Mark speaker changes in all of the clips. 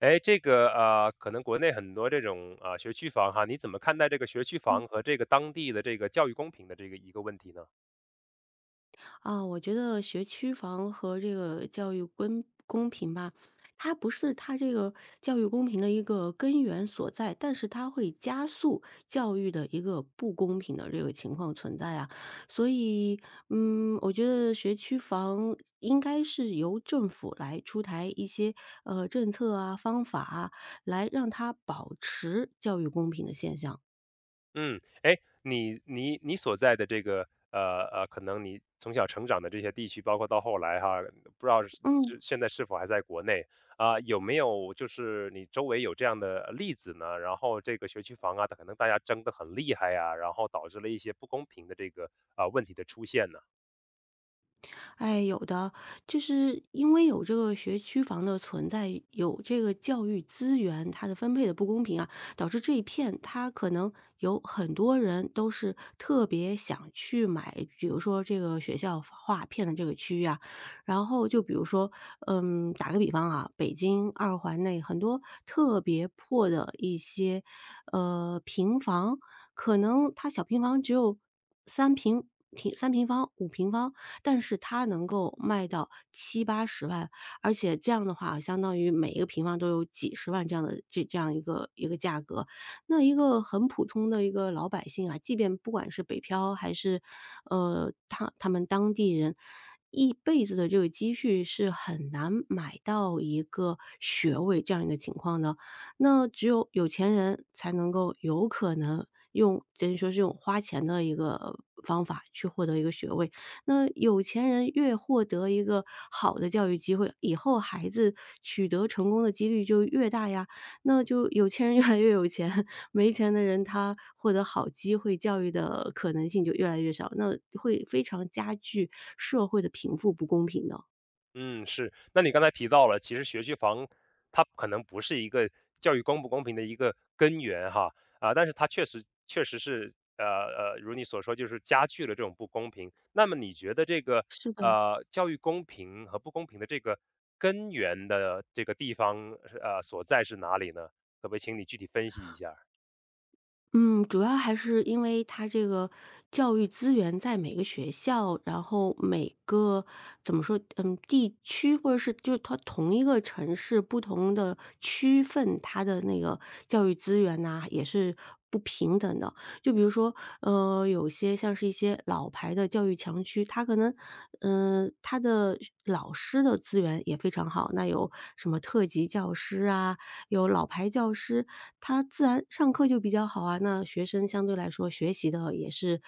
Speaker 1: 哎，这个可能国内很多这种学区房哈，你怎么看待这个学区
Speaker 2: 嗯，
Speaker 1: 房和这个当地的这个教育公平的这个一个问题呢？
Speaker 2: 啊，我觉得学区房和这个教育公平吧，它不是这个教育公平的一个根源所在，但是它会加速教育的一个不公平的这个情况存在啊。所以，我觉得学区房应该是由政府来出台一些政策啊、方法啊，来让它保持教育公平的现象。
Speaker 1: 嗯，哎，你所在的这个可能你从小成长的这些地区，包括到后来哈，不知道是你
Speaker 2: 嗯。
Speaker 1: 是现在是否还在国内啊，有没有就是你周围有这样的例子呢？然后这个学区房啊，可能大家争得很厉害呀，然后导致了一些不公平的这个啊问题的出现呢？
Speaker 2: 哎，有的，就是因为有这个学区房的存在，有这个教育资源，它的分配的不公平啊，导致这一片它可能有很多人都是特别想去买，比如说这个学校划片的这个区域啊，然后就比如说，打个比方啊，北京二环内很多特别破的一些，平房，可能它小平房只有三平3平方、5平方。但是它能够卖到七八十万，而且这样的话，相当于每一个平方都有几十万这样的这样一个价格。那一个很普通的一个老百姓啊，即便不管是北漂还是，他们当地人，一辈子的这个积蓄是很难买到一个学位这样一个情况的。那只有有钱人才能够有可能用等于说是用花钱的一个方法去获得一个学位，那有钱人越获得一个好的教育机会，以后孩子取得成功的几率就越大呀。那就有钱人越来越有钱，没钱的人他获得好机会教育的可能性就越来越少，那会非常加剧社会的贫富不公平的。
Speaker 1: 嗯，是。那你刚才提到了，其实学区房它可能不是一个教育公不公平的一个根源哈，啊，但是它确实是，如你所说，就是加剧了这种不公平。那么你觉得这个
Speaker 2: 是的，
Speaker 1: 教育公平和不公平的这个根源的这个地方，所在是哪里呢？可不可以请你具体分析一下？
Speaker 2: 嗯，主要还是因为它这个教育资源在每个学校，然后每个怎么说，地区或者是就是它同一个城市不同的区分，它的那个教育资源呐、也是不平等的。就比如说，有些像是一些老牌的教育强区，它可能，它的老师的资源也非常好，那有什么特级教师啊，有老牌教师，他自然上课就比较好啊，那学生相对来说学习的也是，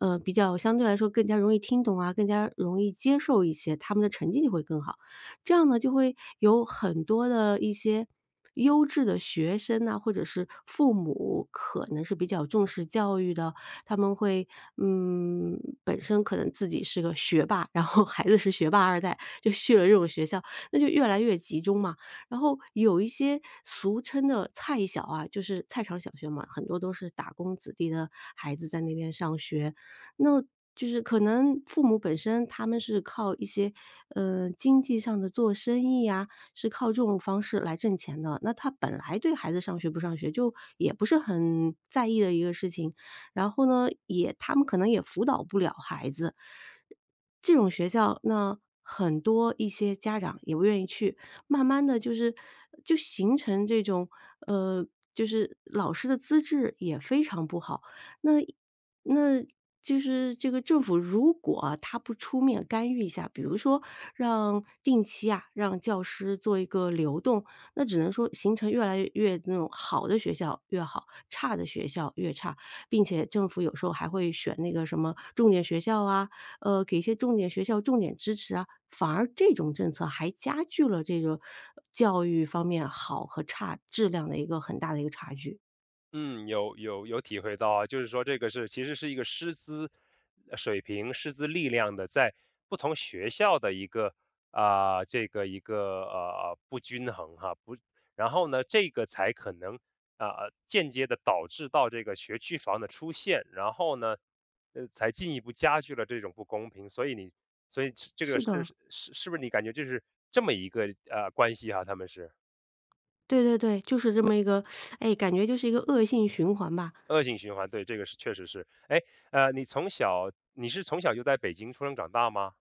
Speaker 2: 比较相对来说更加容易听懂啊，更加容易接受一些，他们的成绩就会更好。这样呢，就会有很多的一些优质的学生呐，或者是父母可能是比较重视教育的，他们会本身可能自己是个学霸，然后孩子是学霸二代，就去了这种学校，那就越来越集中嘛。然后有一些俗称的菜小啊，就是菜场小学嘛，很多都是打工子弟的孩子在那边上学。那就是可能父母本身他们是靠一些，经济上的做生意呀，是靠这种方式来挣钱的。那他本来对孩子上学不上学就也不是很在意的一个事情，然后呢，他们可能也辅导不了孩子。这种学校，那很多一些家长也不愿意去，慢慢的就形成这种，呃，就是老师的资质也非常不好。那那就是这个政府如果啊他不出面干预一下，比如说让定期啊，让教师做一个流动，那只能说形成越来越那种好的学校越好，差的学校越差。并且政府有时候还会选那个什么重点学校啊，给一些重点学校重点支持啊，反而这种政策还加剧了这个教育方面好和差质量的一个很大的一个差距。
Speaker 1: 嗯，有有有体会到啊，就是说这个是其实是一个师资水平、师资力量的在不同学校的一个啊、这个一个不均衡哈，不，然后呢这个才可能啊、间接的导致到这个学区房的出现，然后呢才进一步加剧了这种不公平，所以你所以这个
Speaker 2: 是
Speaker 1: 是
Speaker 2: 的，
Speaker 1: 是不是你感觉就是这么一个关系哈、他们是
Speaker 2: 对对对，就是这么一个，哎，感觉就是一个恶性循环吧。
Speaker 1: 恶性循环，对，这个是确实是。哎，你从小你是从小就在北京出生长大吗？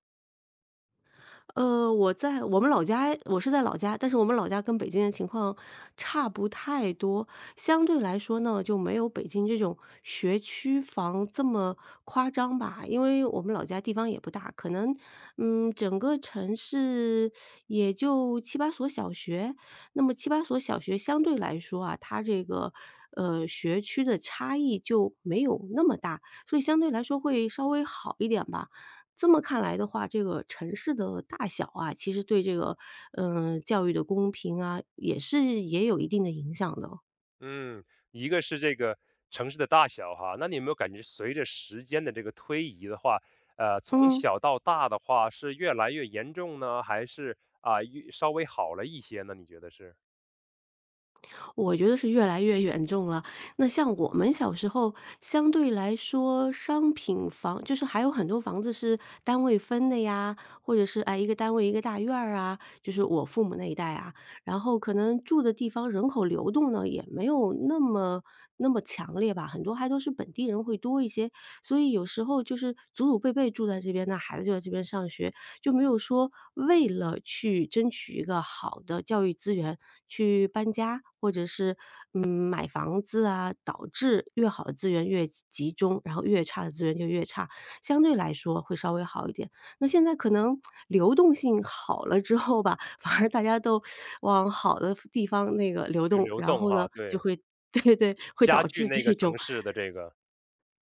Speaker 2: 我在我们老家我是在老家，但是我们老家跟北京的情况差不太多。相对来说呢，就没有北京这种学区房这么夸张吧，因为我们老家地方也不大，可能，整个城市也就七八所小学。那么七八所小学相对来说啊，它这个，学区的差异就没有那么大，所以相对来说会稍微好一点吧。这么看来的话，这个城市的大小啊，其实对这个，教育的公平啊，也是也有一定的影响的，
Speaker 1: 嗯，一个是这个城市的大小哈，那你有没有感觉随着时间的这个推移的话，从
Speaker 2: 嗯。
Speaker 1: 小到大的话是越来越严重呢，还是啊，越稍微好了一些呢？你觉得是？
Speaker 2: 我觉得是越来越严重了。那像我们小时候，相对来说，商品房就是还有很多房子是单位分的呀，或者是哎一个单位一个大院儿啊，就是我父母那一代啊，然后可能住的地方人口流动呢也没有那么强烈吧，很多还都是本地人会多一些，所以有时候就是祖祖辈辈住在这边，那孩子就在这边上学，就没有说为了去争取一个好的教育资源去搬家，或者是买房子啊，导致越好的资源越集中，然后越差的资源就越差，相对来说会稍微好一点。那现在可能流动性好了之后吧，反而大家都往好的地方那个流
Speaker 1: 去
Speaker 2: 动，
Speaker 1: 流
Speaker 2: 然
Speaker 1: 动
Speaker 2: 后呢
Speaker 1: 哈，
Speaker 2: 就
Speaker 1: 对，
Speaker 2: 会 对对，会
Speaker 1: 加
Speaker 2: 导
Speaker 1: 剧
Speaker 2: 致这
Speaker 1: 那个
Speaker 2: 种，
Speaker 1: 城市的这个。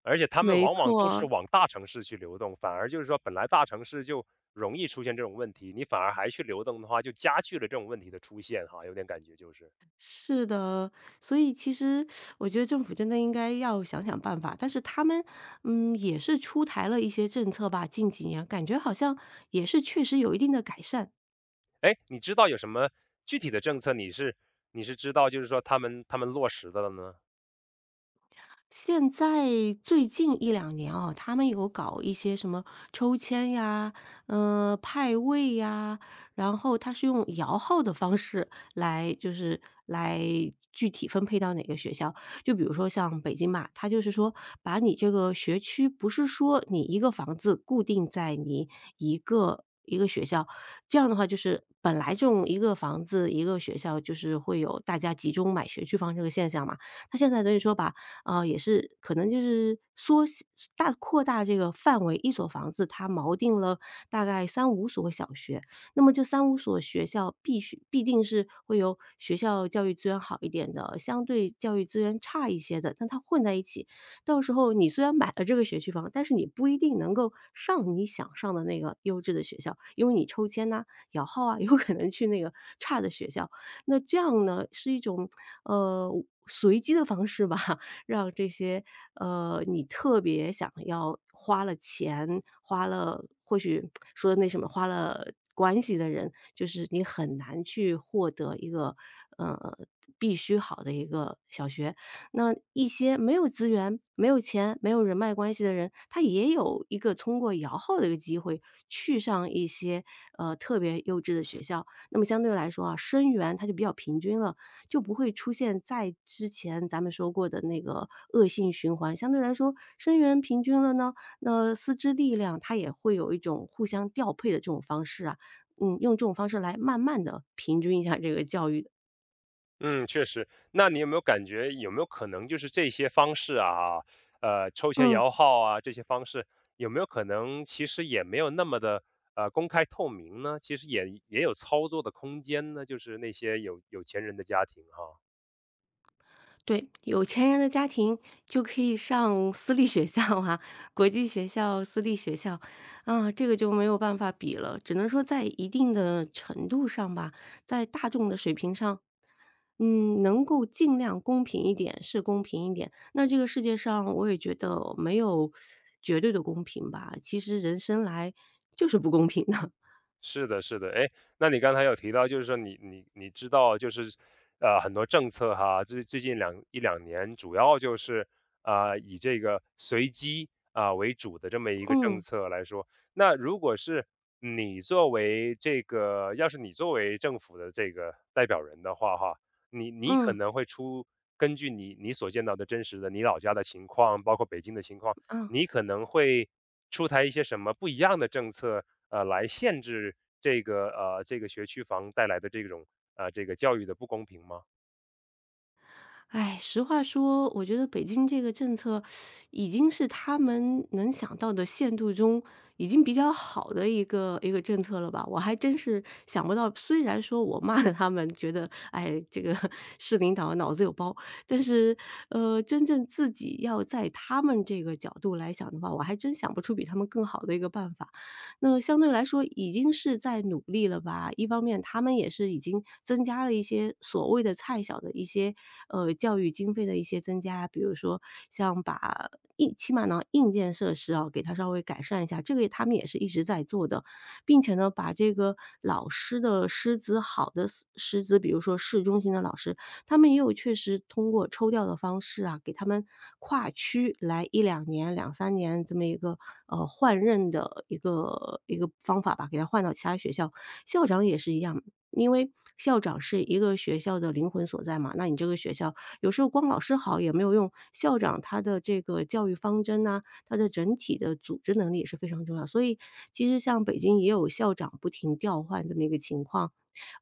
Speaker 1: 而且他们
Speaker 2: 没
Speaker 1: 往往都是
Speaker 2: 错，
Speaker 1: 往大城市去流动，反而就是说本来大城市就容易出现这种问题，你反而还去流动的话，就加剧了这种问题的出现哈，有点感觉就是。
Speaker 2: 是的，所以其实我觉得政府真的应该要想想办法，但是他们，也是出台了一些政策吧，近几年感觉好像也是确实有一定的改善，
Speaker 1: 哎，你知道有什么具体的政策你是你是知道就是说他们落实的了呢？
Speaker 2: 现在最近一两年啊，他们有搞一些什么抽签呀，派位呀，然后他是用摇号的方式来就是来具体分配到哪个学校。就比如说像北京吧，他就是说把你这个学区不是说你一个房子固定在你一个学校，这样的话就是本来这种一个房子一个学校就是会有大家集中买学区房这个现象嘛，他现在等于说把啊，也是可能就是缩小扩大这个范围，一所房子它锚定了大概三五所小学，那么这三五所学校必定是会有学校教育资源好一点的，相对教育资源差一些的，但它混在一起，到时候你虽然买了这个学区房，但是你不一定能够上你想上的那个优质的学校，因为你抽签呐、摇号啊，有可能去那个差的学校。那这样呢，是一种，呃，随机的方式吧，让这些，你特别想要花了钱，花了或许说那什么，花了关系的人，就是你很难去获得一个，呃，必须好的一个小学。那一些没有资源、没有钱、没有人脉关系的人，他也有一个通过摇号的一个机会去上一些，特别优质的学校。那么相对来说啊，生源它就比较平均了，就不会出现在之前咱们说过的那个恶性循环。相对来说，生源平均了呢，那师资力量它也会有一种互相调配的这种方式啊，用这种方式来慢慢的平均一下这个教育。
Speaker 1: 嗯，确实。那你有没有感觉有没有可能就是这些方式啊，抽签
Speaker 2: 嗯。
Speaker 1: 摇号啊这些方式，有没有可能其实也没有那么的公开透明呢？其实也有操作的空间呢，就是那些有有钱人的家庭哈。
Speaker 2: 对，有钱人的家庭就可以上私立学校啊，国际学校、私立学校，啊，这个就没有办法比了，只能说在一定的程度上吧，在大众的水平上，能够尽量公平一点是公平一点。那这个世界上，我也觉得没有绝对的公平吧，其实人生来就是不公平的。
Speaker 1: 是的，是的，哎，那你刚才有提到，就是说你知道，就是很多政策哈，最最近两一两年，主要就是以这个随机啊、为主的这么一 个政
Speaker 2: 嗯
Speaker 1: 策来说，那如果是你作为这个，要是你作为政府的这个代表人的话哈，你可
Speaker 2: 嗯
Speaker 1: 能会出根据你所见到的真实的你老家的情况，包括北京的情况，
Speaker 2: 嗯。
Speaker 1: 你可能会出台一些什么不一样的政策？来限制这个这个学区房带来的这种这个教育的不公平吗？
Speaker 2: 哎，实话说，我觉得北京这个政策已经是他们能想到的限度中，已经比较好的一个政策了吧。我还真是想不到，虽然说我骂了他们，觉得哎，这个 市领导脑子有包，但是真正自己要在他们这个角度来想的话，我还真想不出比他们更好的一个办法。那相对来说已经是在努力了吧。一方面他们也是已经增加了一些所谓的菜小的一些，教育经费的一些增加，比如说像把硬起码呢，硬件设施啊，给它稍微改善一下，这个他们也是一直在做的。并且呢，把这个老师的师资好的师资，比如说市中心的老师，他们也有确实通过抽调的方式啊，给他们跨区来一两年、两三年这么一个，换任的一个方法吧，给他换到其他学校。校长也是一样，因为校长是一个学校的灵魂所在嘛，那你这个学校有时候光老师好也没有用，校长他的这个教育方针呐，他的整体的组织能力也是非常重要。所以其实像北京也有校长不停调换这么一个情况，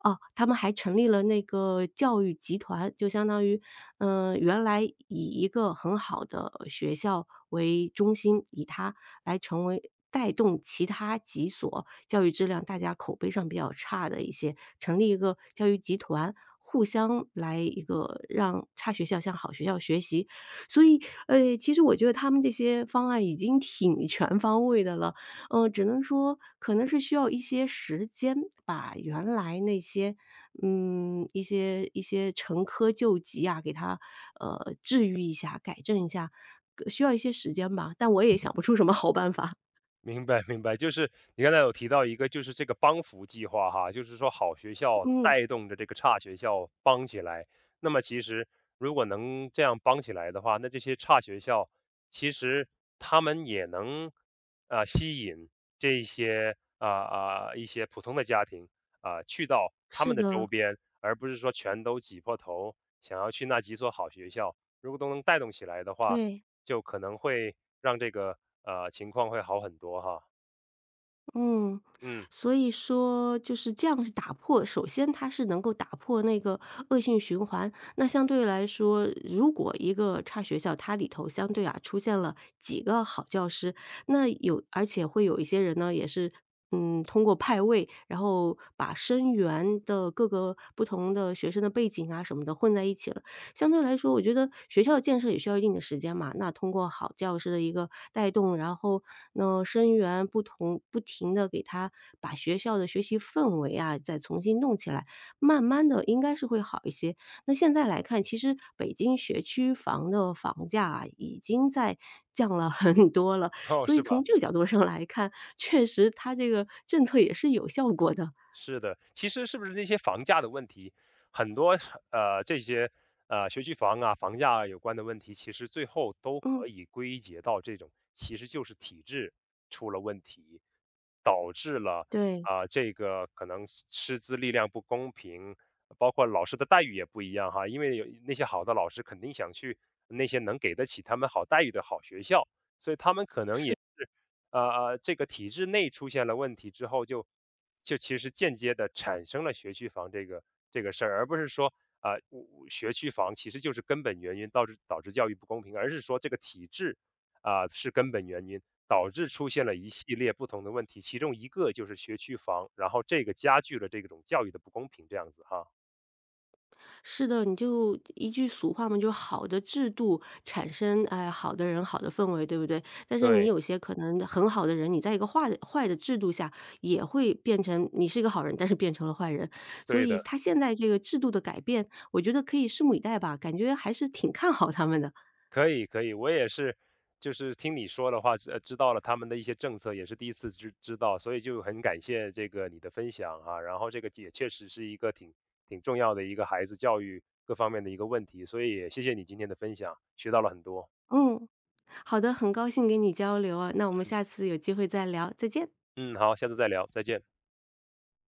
Speaker 2: 哦，他们还成立了那个教育集团，就相当于，嗯，原来以一个很好的学校为中心，以它来成为带动其他几所教育质量大家口碑上比较差的一些，成立一个教育集团，互相来一个让差学校向好学校学习。所以，其实我觉得他们这些方案已经挺全方位的了，只能说可能是需要一些时间，把原来那些，嗯，一些陈疴旧疾啊，给它，治愈一下，改正一下，需要一些时间吧，但我也想不出什么好办法。
Speaker 1: 明白明白，就是你刚才有提到一个，就是这个帮扶计划哈，就是说好学 校
Speaker 2: 嗯，
Speaker 1: 带动着这个差学校帮起来。那么其实如果能这样帮起来的话，那这些差学校其实他们也能啊、吸引这些一些普通的家庭啊、去到他
Speaker 2: 是
Speaker 1: 们的周
Speaker 2: 的，
Speaker 1: 边，而不是说全都挤破头想要去那几所好学校。如果都能带动起来的话，
Speaker 2: 对。
Speaker 1: 就可能会让这个情况会好很多哈。
Speaker 2: 嗯，
Speaker 1: 嗯，
Speaker 2: 所以说就是这样是打破首先它是能够打破那个恶性循环。那相对来说，如果一个差学校，它里头相对啊出现了几个好教师，那有而且会有一些人呢，也是，嗯，通过派位，然后把生源的各个不同的学生的背景啊什么的混在一起了。相对来说，我觉得学校建设也需要一定的时间嘛，那通过好教师的一个带动，然后呢，生源不同，不停的给他把学校的学习氛围啊，再重新弄起来，慢慢的应该是会好一些。那现在来看，其实北京学区房的房价啊，已经在降了 很多了，
Speaker 1: 哦，
Speaker 2: 所以
Speaker 1: 是吧？
Speaker 2: 从这个角度上来看，确实它这个政策也是有效果的。
Speaker 1: 是的，其实是不是那些房价的问题，很多这些学区房啊、房价有关的问题，其实最后都
Speaker 2: 嗯，
Speaker 1: 可以归结到这种，其实就是体制出了问题
Speaker 2: 对。
Speaker 1: 啊、这个可能师资力量不公平，包括老师的待遇也不一样哈，因为有那些好的老师肯定想去那些能给得起他们好待遇的好学校，所以他们可能也。这个体制内出现了问题之后就，就其实间接的产生了学区房这个这个事儿，而不是说啊、呃我我学区房其实就是根本原因导致教育不公平，而是说这个体制啊、是根本原因导致出现了一系列不同的问题，其中一个就是学区房，然后这个加剧了这种教育的不公平，这样子哈。
Speaker 2: 是的，你就一句俗话嘛，就好的制度产生，哎，好的人、好的氛围，对不对？但是你
Speaker 1: 对，
Speaker 2: 有些可能很好的人，你在一个坏的制度下，也会变成你是一个好人，但是变成了坏人。所
Speaker 1: 对
Speaker 2: 以
Speaker 1: 的。
Speaker 2: 他现在这个制度的改变，我觉得可以拭目以待吧，感觉还是挺看好他们的。
Speaker 1: 可以可以，我也是，就是听你说的话，知道了他们的一些政策，也是第一次知道，所以就很感谢这个你的分享啊。然后这个也确实是一个挺重要的一个孩子教育各方面的一个问题，所以也谢谢你今天的分享，学到了很多。
Speaker 2: 嗯，好的，很高兴跟你交流啊，那我们下次有机会再聊，再见。
Speaker 1: 嗯，好，下次再聊，再见。